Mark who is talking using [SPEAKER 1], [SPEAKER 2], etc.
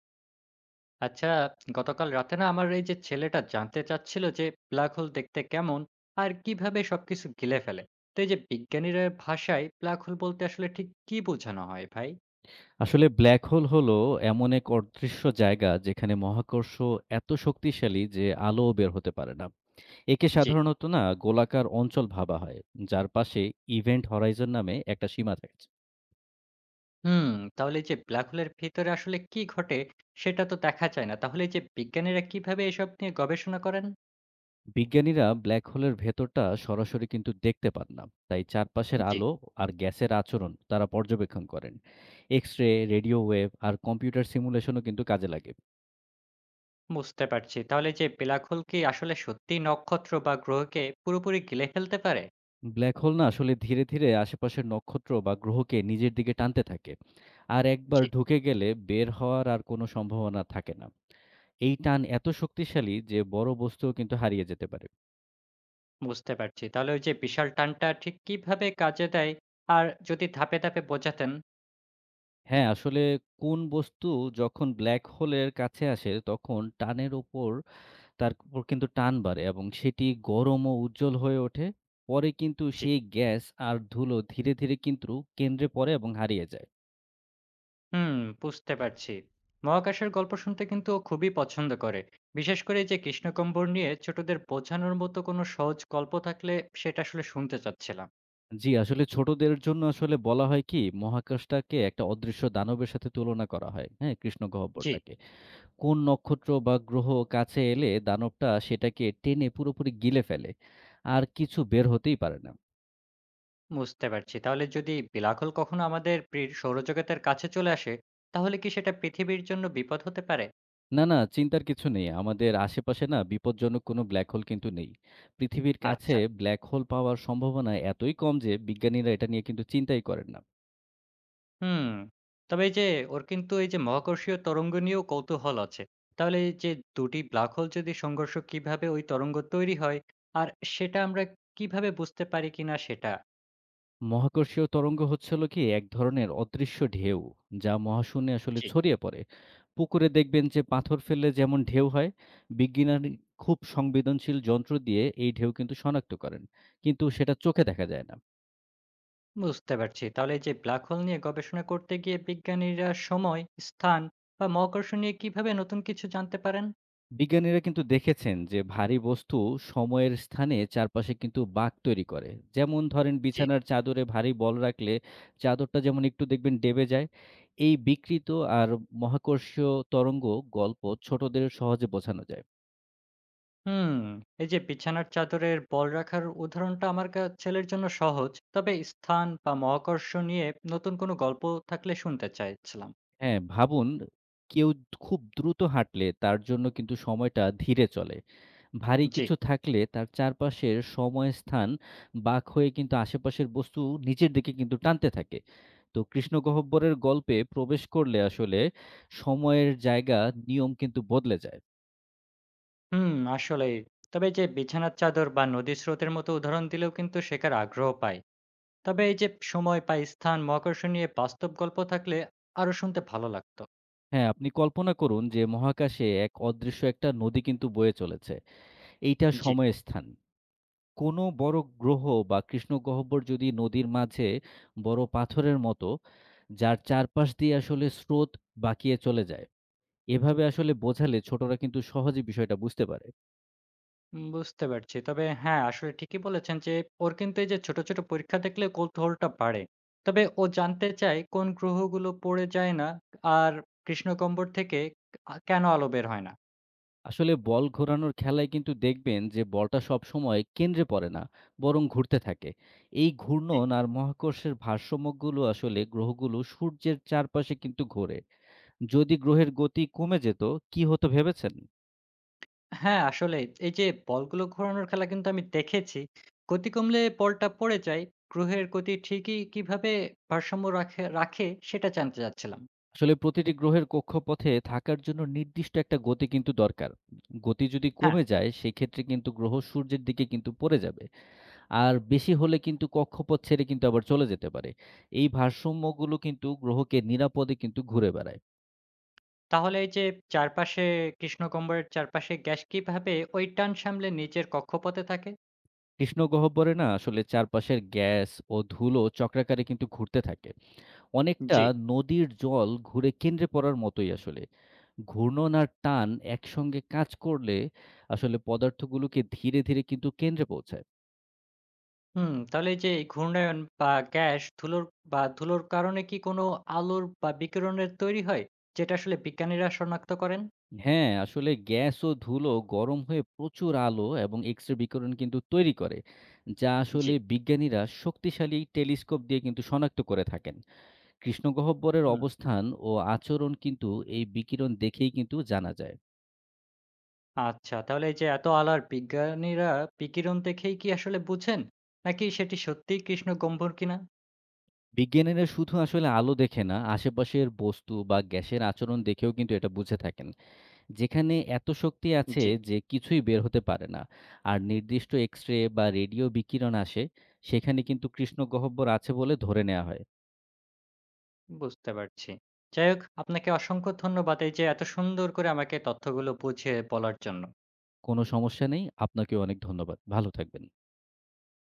[SPEAKER 1] আচ্ছা, গতকাল রাতে না আমার এই যে ছেলেটা জানতে চাচ্ছিল যে ব্ল্যাক হোল দেখতে কেমন আর কিভাবে সবকিছু গিলে ফেলে। তো এই যে বিজ্ঞানীরা ভাষায় ব্ল্যাক হোল বলতে আসলে ঠিক কি বোঝানো হয় ভাই?
[SPEAKER 2] আসলে ব্ল্যাক হোল হলো এমন এক অদৃশ্য জায়গা যেখানে মহাকর্ষ এত শক্তিশালী যে আলো বের হতে পারে না। একে
[SPEAKER 1] জি।
[SPEAKER 2] সাধারণত না গোলাকার অঞ্চল ভাবা হয়, যার পাশে ইভেন্ট হরাইজন নামে একটা সীমা থাকে।
[SPEAKER 1] হুম। তাহলে এই যে ব্ল্যাক হোলের ভিতরে আসলে কি ঘটে সেটা তো দেখা যায় না, তাহলে এই যে বিজ্ঞানীরা কিভাবে এসব নিয়ে গবেষণা করেন?
[SPEAKER 2] বিজ্ঞানীরা ব্ল্যাক হোলের ভেতরটা সরাসরি কিন্তু দেখতে পান না, তাই চারপাশের
[SPEAKER 1] জি,
[SPEAKER 2] আলো আর গ্যাসের আচরণ তারা পর্যবেক্ষণ করেন। এক্স রে, রেডিও ওয়েভ আর কম্পিউটার সিমুলেশনও কিন্তু কাজে লাগে।
[SPEAKER 1] বুঝতে পারছি। তাহলে এই যে ব্ল্যাক হোল কি আসলে সত্যি নক্ষত্র বা গ্রহকে পুরোপুরি গিলে ফেলতে পারে?
[SPEAKER 2] ব্ল্যাক হোল না আসলে ধীরে ধীরে আশেপাশের নক্ষত্র বা গ্রহকে নিজের দিকে টানতে থাকে, আর একবার
[SPEAKER 1] জি,
[SPEAKER 2] ঢুকে গেলে বের হওয়ার আর কোনো সম্ভাবনা থাকে না। এই টান এত শক্তিশালী যে বড় বস্তুও কিন্তু হারিয়ে যেতে পারে।
[SPEAKER 1] বুঝতে পারছি। তাহলে ওই যে বিশাল টানটা ঠিক কিভাবে কাজে দেয়? আর যদি ধাপে ধাপে বোঝাতেন।
[SPEAKER 2] হ্যাঁ, আসলে কোন বস্তু যখন ব্ল্যাক হোলের কাছে আসে তখন টানের ওপর তার উপর কিন্তু টান বাড়ে এবং সেটি গরম ও উজ্জ্বল হয়ে ওঠে। পরে কিন্তু
[SPEAKER 1] জি।
[SPEAKER 2] সেই গ্যাস আর ধুলো ধীরে ধীরে কিন্তু কেন্দ্রে পড়ে এবং হারিয়ে যায়।
[SPEAKER 1] হুম, বুঝতে পারছি। মহাকাশের গল্প শুনতে কিন্তু ও খুবই পছন্দ করে। বিশেষ করে এই যে কৃষ্ণগহ্বর নিয়ে ছোটদের বোঝানোর মতো কোনো সহজ গল্প থাকলে সেটা আসলে শুনতে চাচ্ছিলাম।
[SPEAKER 2] জি, আসলে ছোটদের জন্য আসলে বলা হয় কি, মহাকাশটাকে একটা অদৃশ্য দানবের সাথে তুলনা করা হয়। হ্যাঁ?
[SPEAKER 1] জি,
[SPEAKER 2] কৃষ্ণগহ্বরটাকে। কোন নক্ষত্র বা গ্রহ কাছে এলে দানবটা সেটাকে টেনে পুরোপুরি গিলে ফেলে। আর কিছু বের হতেই পারে না।
[SPEAKER 1] বুঝতে পারছি। তাহলে যদি বিলাকল কখনো আমাদের সৌরজগতের কাছে চলে আসে, তাহলে কি সেটা পৃথিবীর জন্য বিপদ হতে পারে?
[SPEAKER 2] না, না, চিন্তার কিছু নেই। আমাদের আশেপাশে না বিপজ্জনক কোনো ব্ল্যাক হোল কিন্তু নেই। পৃথিবীর কাছে
[SPEAKER 1] আচ্ছা।
[SPEAKER 2] ব্ল্যাক হোল পাওয়ার সম্ভাবনা এতই কম যে বিজ্ঞানীরা এটা নিয়ে কিন্তু চিন্তাই করেন না।
[SPEAKER 1] হুম। তবে এই যে ওর কিন্তু এই যে মহাকর্ষীয় তরঙ্গ নিয়েও কৌতূহল আছে। তাহলে এই যে ২ টি ব্ল্যাক হোল যদি সংঘর্ষ কিভাবে ওই তরঙ্গ তৈরি হয় আর সেটা আমরা কিভাবে বুঝতে পারি কিনা সেটা?
[SPEAKER 2] মহাকর্ষীয় তরঙ্গ হলো কি এক ধরনের অদৃশ্য ঢেউ, যা মহাশূন্যে আসলে
[SPEAKER 1] জি,
[SPEAKER 2] ছড়িয়ে পড়ে। পুকুরে দেখবেন যে পাথর ফেললে যেমন ঢেউ হয়, বিজ্ঞানী খুব সংবেদনশীল যন্ত্র দিয়ে এই ঢেউ কিন্তু শনাক্ত করেন, কিন্তু সেটা চোখে দেখা যায় না।
[SPEAKER 1] বুঝতে পারছি। তাহলে এই যে ব্ল্যাক হোল নিয়ে গবেষণা করতে গিয়ে বিজ্ঞানীরা সময়, স্থান বা মহাকর্ষ নিয়ে কিভাবে নতুন কিছু জানতে পারেন?
[SPEAKER 2] বিজ্ঞানীরা কিন্তু দেখেছেন যে ভারী বস্তু সময়ের স্থানে চারপাশে কিন্তু বাঁক তৈরি করে। যেমন ধরেন
[SPEAKER 1] জি।
[SPEAKER 2] বিছানার চাদরে ভারী বল রাখলে চাদরটা যেমন একটু দেখবেন দেবে যায়। এই বিকৃত আর মহাকর্ষীয় তরঙ্গ গল্প ছোটদের সহজে বোঝানো যায়।
[SPEAKER 1] হুম। এই যে বিছানার চাদরের বল রাখার উদাহরণটা আমার ছেলের জন্য সহজ। তবে স্থান বা মহাকর্ষ নিয়ে নতুন কোনো গল্প থাকলে শুনতে চাইছিলাম।
[SPEAKER 2] হ্যাঁ, ভাবুন, কেউ খুব দ্রুত হাঁটলে তার জন্য কিন্তু সময়টা ধীরে চলে। ভারী
[SPEAKER 1] জি।
[SPEAKER 2] কিছু থাকলে তার চারপাশের সময়, স্থান বাঁক হয়ে কিন্তু আশেপাশের বস্তু নিচের দিকে কিন্তু টানতে থাকে। তো কৃষ্ণগহ্বরের গল্পে প্রবেশ করলে আসলে সময়ের জায়গা, নিয়ম কিন্তু বদলে যায়।
[SPEAKER 1] হুম, আসলেই। তবে এই যে বিছানার চাদর বা নদীর স্রোতের মতো উদাহরণ দিলেও কিন্তু শেখার আগ্রহ পায়। তবে এই যে সময় বা স্থান, মহাকর্ষ নিয়ে বাস্তব গল্প থাকলে আরো শুনতে ভালো লাগতো।
[SPEAKER 2] হ্যাঁ, আপনি কল্পনা করুন যে মহাকাশে এক অদৃশ্য একটা নদী কিন্তু বয়ে চলেছে। এইটা
[SPEAKER 1] জি।
[SPEAKER 2] সময়, স্থান। কোনো বড় গ্রহ বা কৃষ্ণগহ্বর যদি নদীর মাঝে বড় পাথরের মতো, যার চারপাশ দিয়ে আসলে স্রোত বাঁকিয়ে চলে যায়। এভাবে আসলে বোঝালে ছোটরা কিন্তু সহজে বিষয়টা বুঝতে পারে।
[SPEAKER 1] বুঝতে পারছি। তবে হ্যাঁ, আসলে ঠিকই বলেছেন যে ওর কিন্তু এই যে ছোট ছোট পরীক্ষা দেখলে কৌতূহলটা বাড়ে। তবে ও জানতে চায় কোন গ্রহগুলো পড়ে যায় না আর কৃষ্ণগহ্বর থেকে কেন আলো বের হয় না?
[SPEAKER 2] আসলে বল ঘোরানোর খেলায় কিন্তু দেখবেন যে বলটা সবসময় কেন্দ্রে পড়ে না, বরং ঘুরতে থাকে। এই
[SPEAKER 1] জি।
[SPEAKER 2] ঘূর্ণন আর মহাকর্ষের ভারসাম্যগুলো আসলে গ্রহগুলো সূর্যের চারপাশে কিন্তু ঘোরে। যদি গ্রহের গতি কমে যেত, কি হতো ভেবেছেন?
[SPEAKER 1] হ্যাঁ, আসলেই। এই যে বলগুলো ঘোরানোর খেলা কিন্তু আমি দেখেছি। গতি কমলে বলটা পড়ে যায়। গ্রহের গতি ঠিকই কিভাবে ভারসাম্য রাখে রাখে সেটা জানতে চাচ্ছিলাম।
[SPEAKER 2] আসলে প্রতিটি গ্রহের কক্ষপথে থাকার জন্য নির্দিষ্ট একটা গতি কিন্তু দরকার। গতি যদি
[SPEAKER 1] হ্যাঁ,
[SPEAKER 2] কমে যায়, সেক্ষেত্রে কিন্তু গ্রহ সূর্যের দিকে কিন্তু পড়ে যাবে। আর বেশি হলে কিন্তু কক্ষপথ ছেড়ে কিন্তু আবার চলে যেতে পারে। এই ভারসাম্যগুলো কিন্তু গ্রহকে নিরাপদে কিন্তু ঘুরে বেড়ায়।
[SPEAKER 1] তাহলে এই যে চারপাশে কৃষ্ণগহ্বরের চারপাশে গ্যাস কিভাবে ওই টান সামলে নিজের কক্ষপথে থাকে?
[SPEAKER 2] কৃষ্ণ গহ্বরে না আসলে চারপাশের গ্যাস ও ধুলো চক্রাকারে কিন্তু ঘুরতে থাকে। অনেকটা
[SPEAKER 1] জি।
[SPEAKER 2] নদীর জল ঘুরে কেন্দ্রে পড়ার মতোই আসলে। ঘূর্ণন আর টান একসঙ্গে কাজ করলে আসলে পদার্থগুলোকে ধীরে, ধীরে কিন্তু কেন্দ্রে পৌঁছায়।
[SPEAKER 1] হুম, তাহলে এই যে এই ঘূর্ণায়ন বা গ্যাস ধুলোর বা ধুলোর কারণে কি কোনো আলোর বা বিকিরণের তৈরি হয়? যেটা আসলে বিজ্ঞানীরা শনাক্ত করেন?
[SPEAKER 2] হ্যাঁ, আসলে গ্যাস ও ধুলো গরম হয়ে প্রচুর আলো এবং এক্স-রে বিকিরণ কিন্তু তৈরি করে, যা
[SPEAKER 1] জি।
[SPEAKER 2] আসলে বিজ্ঞানীরা শক্তিশালী টেলিস্কোপ দিয়ে কিন্তু শনাক্ত করে থাকেন। কৃষ্ণগহ্বরের অবস্থান ও আচরণ কিন্তু এই বিকিরণ দেখেই কিন্তু জানা যায়।
[SPEAKER 1] আচ্ছা, তাহলে এই যে এত আলার বিজ্ঞানীরা বিকিরণ দেখেই কি আসলে বুঝেন? নাকি সেটি সত্যিই কৃষ্ণ গহ্বর কিনা?
[SPEAKER 2] বিজ্ঞানীরা শুধু আসলে আলো দেখে না, আশেপাশের বস্তু বা গ্যাসের আচরণ দেখেও কিন্তু এটা বুঝে থাকেন। যেখানে এত শক্তি আছে
[SPEAKER 1] জি,
[SPEAKER 2] যে কিছুই বের হতে পারে না। আর নির্দিষ্ট এক্স-রে বা রেডিও বিকিরণ আসে, সেখানে কিন্তু কৃষ্ণগহ্বর আছে বলে ধরে নেয়া হয়।
[SPEAKER 1] বুঝতে পারছি। যাই হোক, আপনাকে অসংখ্য ধন্যবাদ এই যে এত সুন্দর করে আমাকে তথ্যগুলো বুঝিয়ে বলার জন্য।
[SPEAKER 2] কোনো সমস্যা নেই। আপনাকেও অনেক ধন্যবাদ। ভালো থাকবেন।